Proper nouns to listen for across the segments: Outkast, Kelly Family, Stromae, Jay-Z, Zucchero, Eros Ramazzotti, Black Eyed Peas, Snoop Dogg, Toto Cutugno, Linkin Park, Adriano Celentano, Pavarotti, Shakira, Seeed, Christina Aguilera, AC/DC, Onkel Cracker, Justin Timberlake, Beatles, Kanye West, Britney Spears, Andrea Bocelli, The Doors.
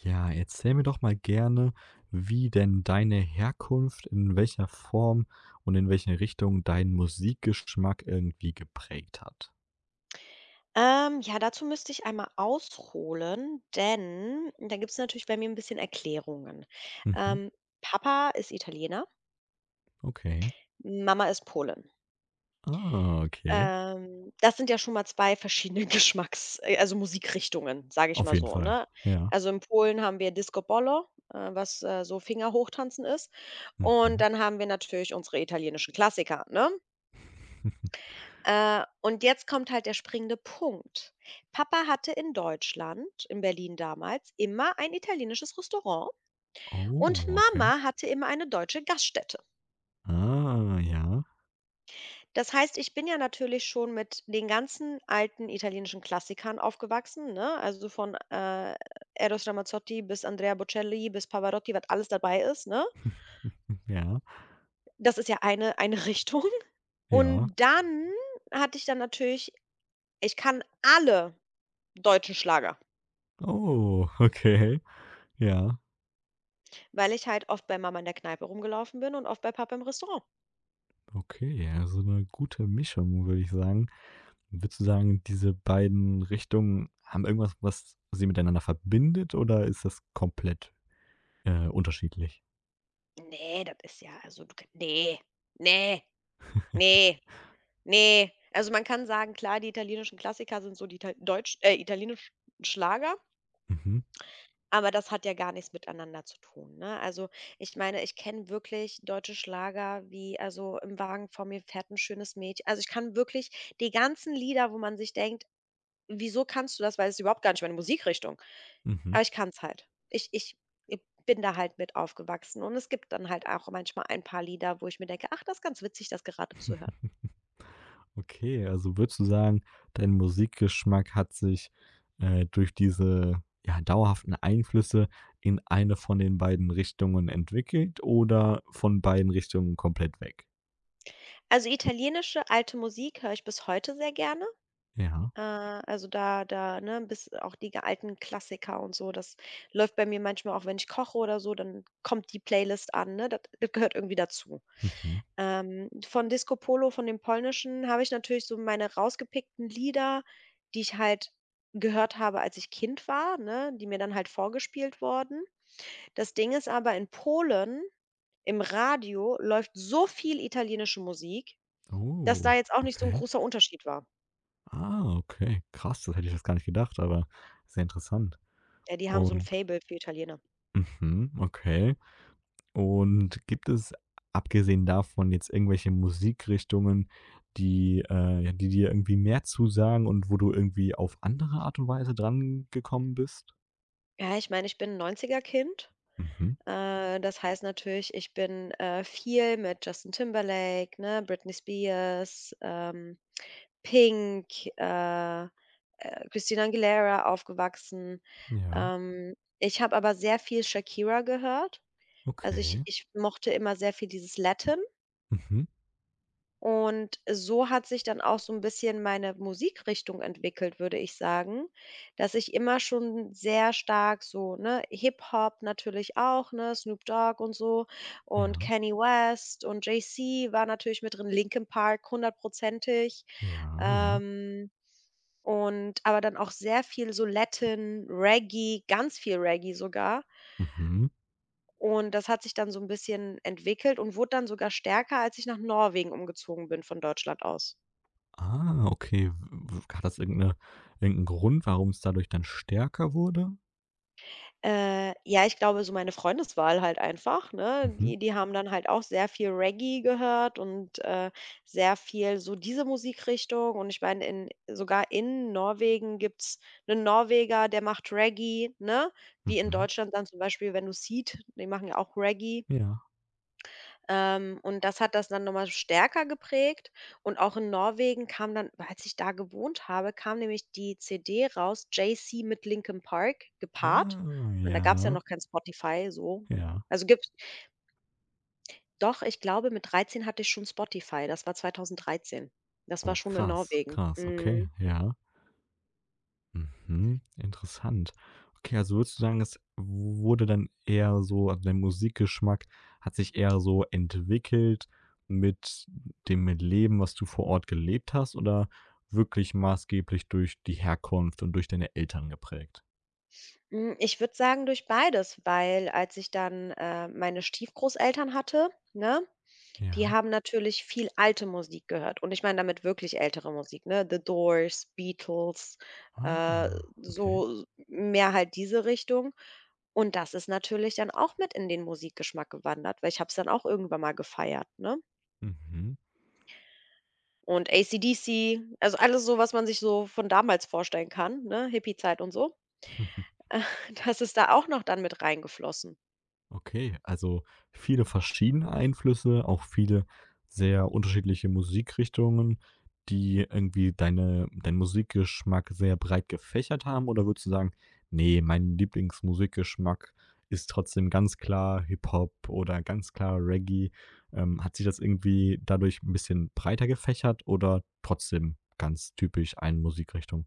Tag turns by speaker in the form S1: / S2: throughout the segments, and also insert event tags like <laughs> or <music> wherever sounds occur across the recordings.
S1: Ja, erzähl mir doch mal gerne, wie denn deine Herkunft, in welcher Form und in welche Richtung deinen Musikgeschmack irgendwie geprägt hat.
S2: Ja, dazu müsste ich einmal ausholen, denn da gibt es natürlich bei mir ein bisschen Erklärungen.
S1: Mhm,
S2: Ähm, Papa ist Italiener,
S1: okay.
S2: Mama ist Polin.
S1: Ah, okay.
S2: Das sind ja schon mal 2 verschiedene <laughs> Geschmacks also Musikrichtungen, sage ich
S1: Auf
S2: mal
S1: jeden
S2: so,
S1: Fall,
S2: ne?
S1: ja.
S2: Also, in Polen haben wir Disco Bolo, was, so Fingerhochtanzen ist. Und
S1: Mhm.
S2: dann haben wir natürlich unsere italienischen Klassiker, ne?
S1: <laughs>
S2: Und jetzt kommt halt der springende Punkt. Papa hatte in Deutschland, in Berlin damals, immer ein italienisches Restaurant
S1: Oh,
S2: und
S1: okay.
S2: Mama hatte immer eine deutsche Gaststätte.
S1: Ah, ja,
S2: Das heißt, ich bin ja natürlich schon mit den ganzen alten italienischen Klassikern aufgewachsen, ne? Also von Eros Ramazzotti bis Andrea Bocelli bis Pavarotti, was alles dabei ist, ne?
S1: ja,
S2: Das ist ja eine, <laughs> eine Richtung.
S1: ja.
S2: Und dann hatte ich dann natürlich, ich kann alle deutschen Schlager.
S1: Oh, <laughs> okay. Ja,
S2: Weil ich halt oft bei Mama in der Kneipe rumgelaufen bin und oft bei Papa im Restaurant.
S1: okay, ja, so 'ne gute Mischung, würde ich sagen. Würdest du sagen, diese beiden Richtungen haben irgendwas, was sie miteinander verbindet oder ist das komplett, unterschiedlich?
S2: Ne, das ist ja also du k ne, ne, ne, ne. Also, man kann sagen, klar, die italienischen Klassiker sind so die italienischen Schlager,
S1: Mhm,
S2: aber das hat ja gar nichts miteinander zu tun, ne? Also, ich meine, ich kenne wirklich deutsche Schlager wie also, „Im Wagen vor mir fährt ein schönes Mädchen.“ Also, ich kann wirklich die ganzen Lieder, wo man sich denkt: „Wieso kannst du das?“ Weil es ist überhaupt gar nicht meine Musikrichtung.
S1: mhm.
S2: Aber ich kann's halt. Ich bin da halt mit aufgewachsen und es gibt dann halt auch manchmal ein paar Lieder, wo ich mir denke: „Ach, das ist ganz witzig, das gerade zu hören.“
S1: <laughs> Okay, also würdest du sagen, dein Musikgeschmack hat sich, durch diese, ja, dauerhaften Einflüsse in eine von den beiden Richtungen entwickelt oder von beiden Richtungen komplett weg?
S2: Also, italienische alte Musik höre ich bis heute sehr gerne.
S1: Ja.
S2: Also, da, ne, bis auch die alten Klassiker und so, das läuft bei mir manchmal auch, wenn ich koche oder so, dann kommt die Playlist an, ne? Das gehört irgendwie dazu.
S1: Mhm.
S2: Von Disco Polo, von dem Polnischen, habe ich natürlich so meine rausgepickten Lieder, die ich halt gehört habe, als ich Kind war, ne, die mir dann halt vorgespielt wurden. Das Ding ist aber, in Polen im Radio läuft so viel italienische Musik, dass da
S1: Oh,
S2: jetzt auch nicht so 'n
S1: okay.
S2: großer Unterschied war.
S1: Ah, okay. Krass, das hätte ich jetzt gar nicht gedacht, aber sehr interessant.
S2: Ja, die haben so 'n
S1: Und
S2: Faible für Italiener.
S1: mhm, okay. Und gibt es abgesehen davon jetzt irgendwelche Musikrichtungen, die, ja, die dir irgendwie mehr zusagen und wo du irgendwie auf andere Art und Weise dran gekommen bist?
S2: Ja, ich meine, ich bin 'n 90er-Kind.
S1: Mhm,
S2: Das heißt natürlich, ich bin, viel mit Justin Timberlake, ne, Britney Spears, Pink, Christina Aguilera aufgewachsen.
S1: ja,
S2: Ich habe aber sehr viel Shakira gehört. Also, ich
S1: okay.
S2: ich mochte immer sehr viel dieses Latin.
S1: Mhm,
S2: Und so hat sich dann auch so ein bisschen meine Musikrichtung entwickelt, würde ich sagen, dass ich immer schon sehr stark so, ne, Hip-Hop natürlich auch, ne, Snoop Dogg und so und
S1: ja,
S2: Kanye West und Jay-Z war natürlich mit drin, Linkin Park hundertprozentig.
S1: ja, ja.
S2: Ähm, und aber dann auch sehr viel so Latin, Reggae, ganz viel Reggae sogar.
S1: Mhm.
S2: Und das hat sich dann so ein bisschen entwickelt und wurde dann sogar stärker, als ich nach Norwegen umgezogen bin von Deutschland aus.
S1: Ah, okay. W hat das irgend 'ne irgend 'n Grund, warum es dadurch dann stärker wurde?
S2: Ja, ich glaube, so meine Freundeswahl halt einfach, ne?
S1: Mhm,
S2: Die haben dann halt auch sehr viel Reggae gehört und, sehr viel so diese Musikrichtung und ich meine, in sogar in Norwegen gibt's einen Norweger, der macht Reggae, ne? Wie in
S1: mhm.
S2: Deutschland dann zum Beispiel, wenn du Seeed die machen ja auch Reggae.
S1: Ja.
S2: Und das hat das dann nochmal stärker geprägt. Und auch in Norwegen kam dann als ich da gewohnt habe, kam nämlich die CD raus, Jay-Z mit Linkin Park gepaart.
S1: Ah,
S2: Ich meine, da gab es ja
S1: ja,
S2: noch kein Spotify so.
S1: ja.
S2: Also, gibt's doch, ich glaube, mit 13 hatte ich schon Spotify. Das war 2013. Das war
S1: Oh,
S2: schon in
S1: krass,
S2: Norwegen.
S1: krass, okay,
S2: Mhm.
S1: ja. Mhm, interessant. Okay, also würdest du sagen, es wurde dann eher so, also dein Musikgeschmack hat sich eher so entwickelt mit dem Leben, was du vor Ort gelebt hast, oder wirklich maßgeblich durch die Herkunft und durch deine Eltern geprägt?
S2: Ich würde sagen, durch beides, weil als ich dann, meine Stiefgroßeltern hatte, ne? Die
S1: Ja.
S2: haben natürlich viel alte Musik gehört und ich meine damit wirklich ältere Musik, ne? The Doors, Beatles, äh,
S1: Ah, okay.
S2: so mehr halt diese Richtung. Und das ist natürlich dann auch mit in den Musikgeschmack gewandert, weil ich habe es dann auch irgendwann mal gefeiert, ne?
S1: Mhm.
S2: Und AC/DC, also alles so, was man sich so von damals vorstellen kann, ne? Hippiezeit und so.
S1: <laughs>
S2: <laughs> Das ist da auch noch dann mit reingeflossen.
S1: Okay, also viele verschiedene Einflüsse, auch viele sehr unterschiedliche Musikrichtungen, die irgendwie deinen Musikgeschmack sehr breit gefächert haben? Oder würdest du sagen: nee, mein Lieblingsmusikgeschmack ist trotzdem ganz klar Hip-Hop oder ganz klar Reggae.“ hat sich das irgendwie dadurch ein bisschen breiter gefächert oder trotzdem ganz typisch eine Musikrichtung?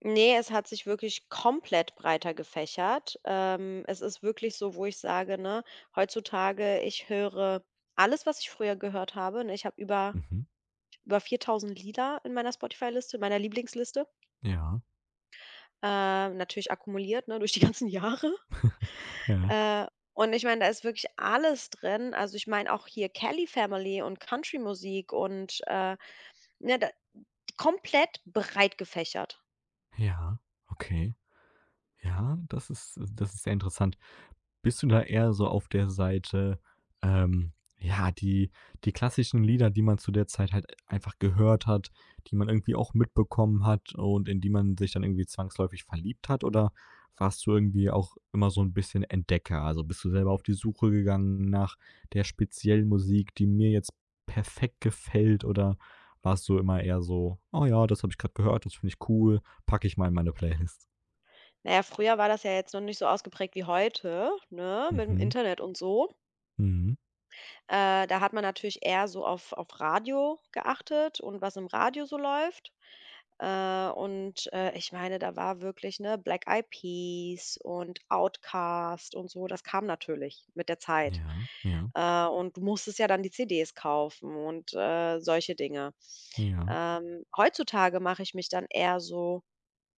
S2: Nee, es hat sich wirklich komplett breiter gefächert. Es ist wirklich so, wo ich sage, ne, heutzutage, ich höre alles, was ich früher gehört habe, ne? Ich habe über
S1: Mhm.
S2: über 4.000 Lieder in meiner Spotify-Liste, in meiner Lieblingsliste,
S1: Ja,
S2: natürlich akkumuliert, ne, durch die <laughs> ganzen Jahre.
S1: ja,
S2: Äh, und ich meine, da ist wirklich alles drin. Also, ich meine auch hier Kelly Family und Country-Musik und, ne, da komplett breit gefächert.
S1: ja, okay. Ja, das ist sehr interessant. Bist du da eher so auf der Seite, ja, die klassischen Lieder, die man zu der Zeit halt einfach gehört hat, die man irgendwie auch mitbekommen hat und in die man sich dann irgendwie zwangsläufig verliebt hat? Oder warst du irgendwie auch immer so ein bisschen Entdecker? Also, bist du selber auf die Suche gegangen nach der speziellen Musik, die mir jetzt perfekt gefällt? Oder warst du immer eher so: „Oh ja, das habe ich gerade gehört, das finde ich cool, packe ich mal in meine Playlist.“
S2: Naja, früher war das ja jetzt noch nicht so ausgeprägt wie heute, ne, mit dem
S1: Mhm,
S2: Internet und so.
S1: mhm.
S2: Da hat man natürlich eher so auf Radio geachtet und was im Radio so läuft. Ich meine, da war wirklich, ne, Black Eyed Peas und Outkast und so, das kam natürlich mit der Zeit.
S1: Ja, ja,
S2: Und du musstest ja dann die CDs kaufen und, solche Dinge.
S1: ja.
S2: Heutzutage mache ich mich dann eher so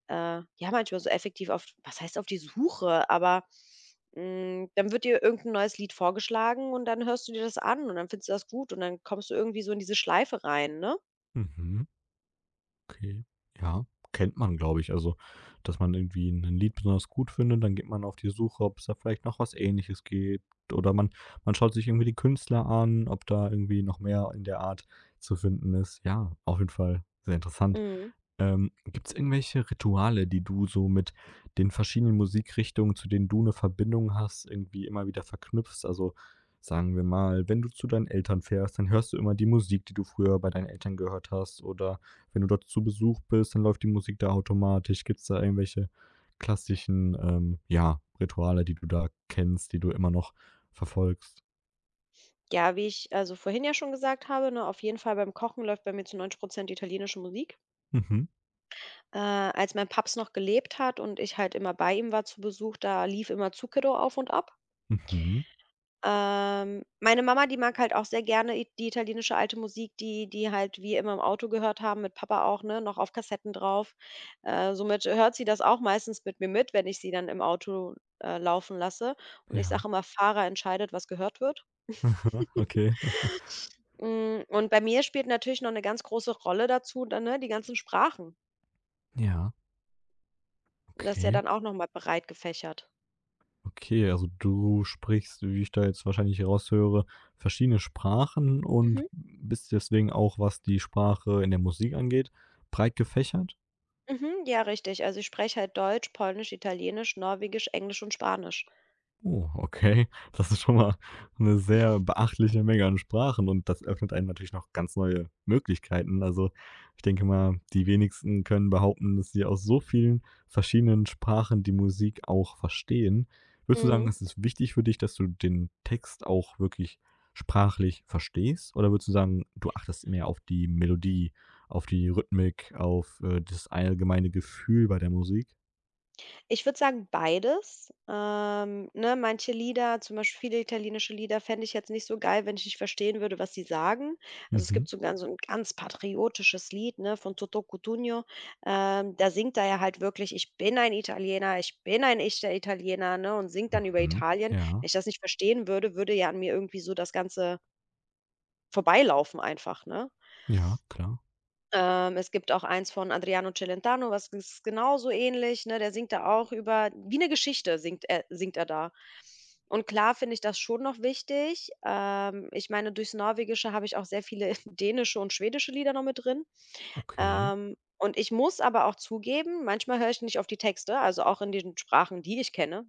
S2: ja, manchmal so effektiv auf was heißt auf die Suche, aber, dann wird dir irgendein neues Lied vorgeschlagen und dann hörst du dir das an und dann findest du das gut und dann kommst du irgendwie so in diese Schleife rein, ne?
S1: Mhm, okay. Ja, kennt man, glaube ich. Also, dass man irgendwie ein Lied besonders gut findet, dann geht man auf die Suche, ob es da vielleicht noch was Ähnliches gibt, oder man schaut sich irgendwie die Künstler an, ob da irgendwie noch mehr in der Art zu finden ist. Ja, auf jeden Fall sehr interessant.
S2: Mhm.
S1: Gibt's irgendwelche Rituale, die du so mit den verschiedenen Musikrichtungen, zu denen du eine Verbindung hast, irgendwie immer wieder verknüpfst? Also, sagen wir mal, wenn du zu deinen Eltern fährst, dann hörst du immer die Musik, die du früher bei deinen Eltern gehört hast, oder wenn du dort zu Besuch bist, dann läuft die Musik da automatisch. Gibt es da irgendwelche klassischen, ja, Rituale, die du da kennst, die du immer noch verfolgst?
S2: Ja, wie ich, also, vorhin ja schon gesagt habe, ne, auf jeden Fall beim Kochen läuft bei mir zu 90 italienische Musik.
S1: Mhm,
S2: Als mein Paps noch gelebt hat und ich halt immer bei ihm war zu Besuch, da lief immer Zucchero auf und ab.
S1: mhm.
S2: Meine Mama, die mag halt auch sehr gerne i die italienische alte Musik, die die halt wir immer im Auto gehört haben, mit Papa auch, ne, noch auf Kassetten drauf. Somit hört sie das auch meistens mit mir mit, wenn ich sie dann im Auto, laufen lasse. Und ich
S1: Ja.
S2: sage immer: „Fahrer entscheidet, was gehört wird.“
S1: <laughs>
S2: <laughs>
S1: Okay.
S2: Und bei mir spielt natürlich noch eine ganz große Rolle dazu dann, ne, die ganzen Sprachen.
S1: Ja,
S2: Das ist ja
S1: okay,
S2: dann auch noch mal breit gefächert.
S1: okay. Also, du sprichst, wie ich da jetzt wahrscheinlich raushöre, verschiedene Sprachen und
S2: Mhm,
S1: bist deswegen auch, was die Sprache in der Musik angeht, breit gefächert?
S2: mhm, ja, richtig. Also, ich spreche halt Deutsch, Polnisch, Italienisch, Norwegisch, Englisch und Spanisch.
S1: Oh, okay. Das ist schon mal eine sehr beachtliche Menge an Sprachen und das öffnet einem natürlich noch ganz neue Möglichkeiten. Also, ich denke mal, die wenigsten können behaupten, dass sie aus so vielen verschiedenen Sprachen die Musik auch verstehen. Würdest du sagen,
S2: Mhm.
S1: es ist wichtig für dich, dass du den Text auch wirklich sprachlich verstehst? Oder würdest du sagen, du achtest mehr auf die Melodie, auf die Rhythmik, auf, das allgemeine Gefühl bei der Musik?
S2: Ich würde sagen, beides. Ne, manche Lieder, zum Beispiel viele italienische Lieder, fände ich jetzt nicht so geil, wenn ich nicht verstehen würde, was sie sagen. Also es
S1: Mhm,
S2: gibt so ein ganz patriotisches Lied, ne, von Toto Cutugno. Da singt er ja halt wirklich, ich bin ein Italiener, ich bin ein echter Italiener, ne, und singt dann über
S1: mhm.
S2: Italien.
S1: Ja,
S2: Wenn ich das nicht verstehen würde, würde ja an mir irgendwie so das Ganze vorbeilaufen einfach, ne?
S1: ja, klar.
S2: Es gibt auch eins von Adriano Celentano, was ist genauso ähnlich, ne? Der singt da auch über wie eine Geschichte singt er da. Und klar finde ich das schon noch wichtig. Ich meine, durchs Norwegische habe ich auch sehr viele <laughs> dänische und schwedische Lieder noch mit drin.
S1: Okay,
S2: Und ich muss aber auch zugeben, manchmal höre ich nicht auf die Texte, also auch in den Sprachen, die ich kenne,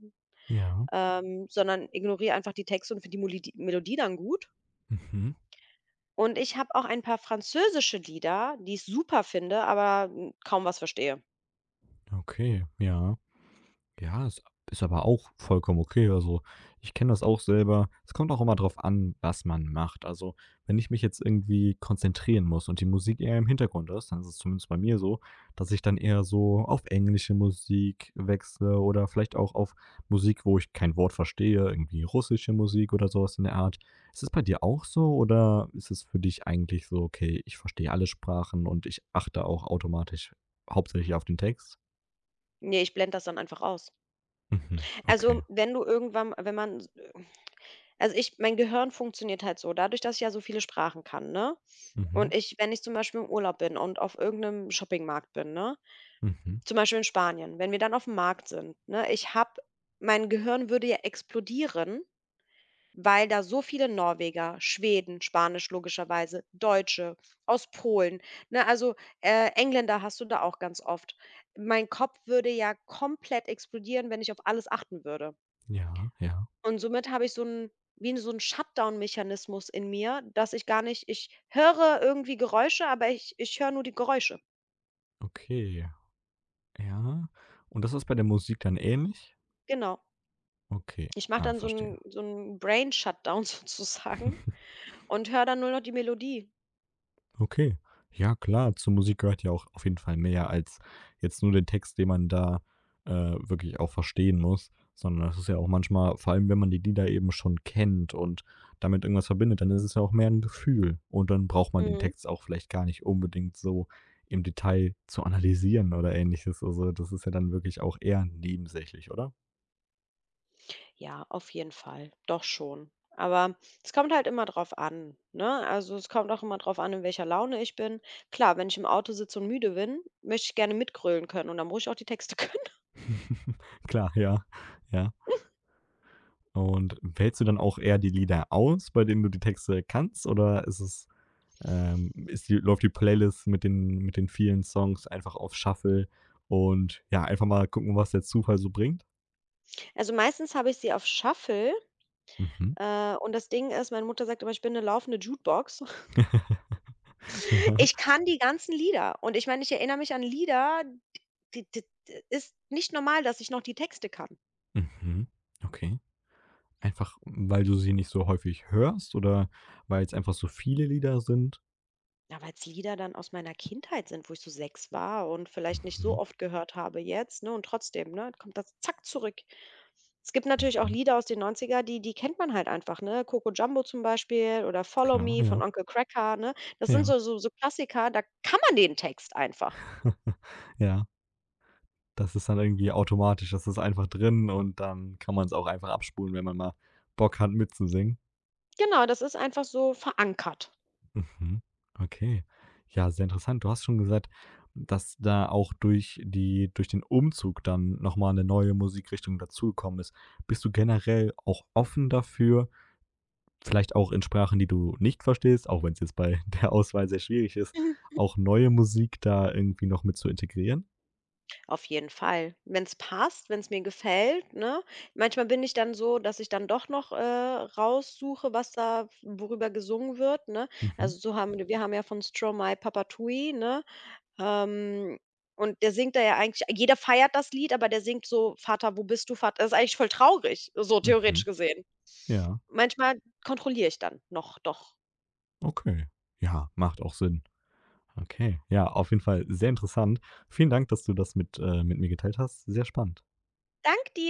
S1: ja.
S2: sondern ignoriere einfach die Texte und finde die Molodi Melodie dann gut.
S1: Mhm.
S2: Und ich habe auch ein paar französische Lieder, die ich super finde, aber, kaum was verstehe.
S1: Okay, ja. Ja, ist aber auch vollkommen okay. Also, ich kenne das auch selber. Es kommt auch immer drauf an, was man macht. Also, wenn ich mich jetzt irgendwie konzentrieren muss und die Musik eher im Hintergrund ist, dann ist es zumindest bei mir so, dass ich dann eher so auf englische Musik wechsle oder vielleicht auch auf Musik, wo ich kein Wort verstehe, irgendwie russische Musik oder sowas in der Art. Ist es bei dir auch so oder ist es für dich eigentlich so: „Okay, ich verstehe alle Sprachen und ich achte auch automatisch hauptsächlich auf den Text?“
S2: Ne, ich blende das dann einfach aus.
S1: Mhm,
S2: Also,
S1: okay.
S2: wenn du irgendwann wenn man also, ich mein Gehirn funktioniert halt so, dadurch, dass ich ja so viele Sprachen kann, ne?
S1: Mhm.
S2: Und ich wenn ich zum Beispiel im Urlaub bin und auf irgendeinem Shoppingmarkt bin, ne?
S1: Mhm.
S2: Zum Beispiel in Spanien, wenn wir dann auf dem Markt sind, ne? Ich habe mein Gehirn würde ja explodieren. Weil da so viele Norweger, Schweden, Spanisch logischerweise, Deutsche, aus Polen, ne? Also, Engländer hast du da auch ganz oft. Mein Kopf würde ja komplett explodieren, wenn ich auf alles achten würde.
S1: Ja, ja.
S2: Und somit habe ich so einen wie so einen Shutdown-Mechanismus in mir, dass ich gar nicht ich höre irgendwie Geräusche, aber ich höre nur die Geräusche.
S1: Okay. Ja. Und das ist bei der Musik dann ähnlich?
S2: Genau.
S1: Okay.
S2: Ich mache
S1: Ah,
S2: dann
S1: verstehe.
S2: so einen Brain-Shutdown <laughs> sozusagen
S1: <laughs>
S2: und höre dann nur noch die Melodie.
S1: Okay. Ja klar, zur Musik gehört ja auch auf jeden Fall mehr als jetzt nur den Text, den man da, äh, wirklich auch verstehen muss, sondern das ist ja auch manchmal, vor allem wenn man die Lieder eben schon kennt und damit irgendwas verbindet, dann ist es ja auch mehr ein Gefühl und dann braucht man den
S2: Mhm.
S1: Text auch vielleicht gar nicht unbedingt so im Detail zu analysieren oder Ähnliches. Also, das ist ja dann wirklich auch eher nebensächlich, oder?
S2: Ja, auf jeden Fall, doch schon. Aber es kommt halt immer drauf an, ne? Also, es kommt auch immer drauf an, in welcher Laune ich bin. Klar, wenn ich im Auto sitze und müde bin, möchte ich gerne mitgrölen können und dann muss ich auch die Texte <laughs> können.
S1: <laughs> Klar, ja, ja. Und wählst du dann auch eher die Lieder aus, bei denen du die Texte kannst, oder ist es, ist die läuft die Playlist mit den vielen Songs einfach auf Shuffle und ja, einfach mal gucken, was der Zufall so bringt?
S2: Also, meistens habe ich sie auf Shuffle,
S1: Mhm.
S2: und das Ding ist, meine Mutter sagt immer, ich bin eine laufende Jukebox. <laughs>
S1: <laughs> Ja.
S2: Ich kann die ganzen Lieder und ich meine, ich erinnere mich an Lieder, d d d ist nicht normal, dass ich noch die Texte kann.
S1: Mhm. Okay. Einfach, weil du sie nicht so häufig hörst oder weil es einfach so viele Lieder sind?
S2: Ja, weil's Lieder dann aus meiner Kindheit sind, wo ich so 6 war und vielleicht nicht so
S1: Mhm,
S2: oft gehört habe jetzt, ne? Und trotzdem, ne, kommt das zack zurück. Es gibt natürlich auch
S1: mhm.
S2: Lieder aus den Neunziger, die kennt man halt einfach, ne? „Coco Jumbo“ zum Beispiel oder „Follow
S1: Klar,
S2: Me“ von
S1: ja,
S2: Onkel Cracker, ne? Das sind
S1: ja.
S2: so Klassiker, da kann man den Text einfach.
S1: <laughs> Ja. Das ist dann irgendwie automatisch, das ist einfach drin und dann kann man es auch einfach abspulen, wenn man mal Bock hat mitzusingen.
S2: Genau, das ist einfach so verankert.
S1: Mhm, okay. Ja, sehr interessant. Du hast schon gesagt, dass da auch durch den Umzug dann noch mal 'ne neue Musikrichtung dazugekommen ist. Bist du generell auch offen dafür, vielleicht auch in Sprachen, die du nicht verstehst, auch wenn es jetzt bei <laughs> der Auswahl sehr schwierig ist, auch neue Musik da irgendwie noch mit zu integrieren?
S2: Auf jeden Fall. Wenn es passt, wenn es mir gefällt, ne? Manchmal bin ich dann so, dass ich dann doch noch, raussuche, was da worüber gesungen wird, ne?
S1: Mhm,
S2: Also, so haben wir haben ja von Stromae „Papatui“, ne? Ähm, und der singt da ja eigentlich jeder feiert das Lied, aber der singt so: „Vater, wo bist du, Vater?“ Das ist eigentlich voll traurig, so theoretisch
S1: mhm.
S2: gesehen.
S1: Ja,
S2: Manchmal kontrolliere ich dann noch, doch.
S1: okay. Ja, macht auch Sinn. Okay, ja, auf jeden Fall sehr interessant. Vielen Dank, dass du das mit mir geteilt hast. Sehr spannend.
S2: Dank dir.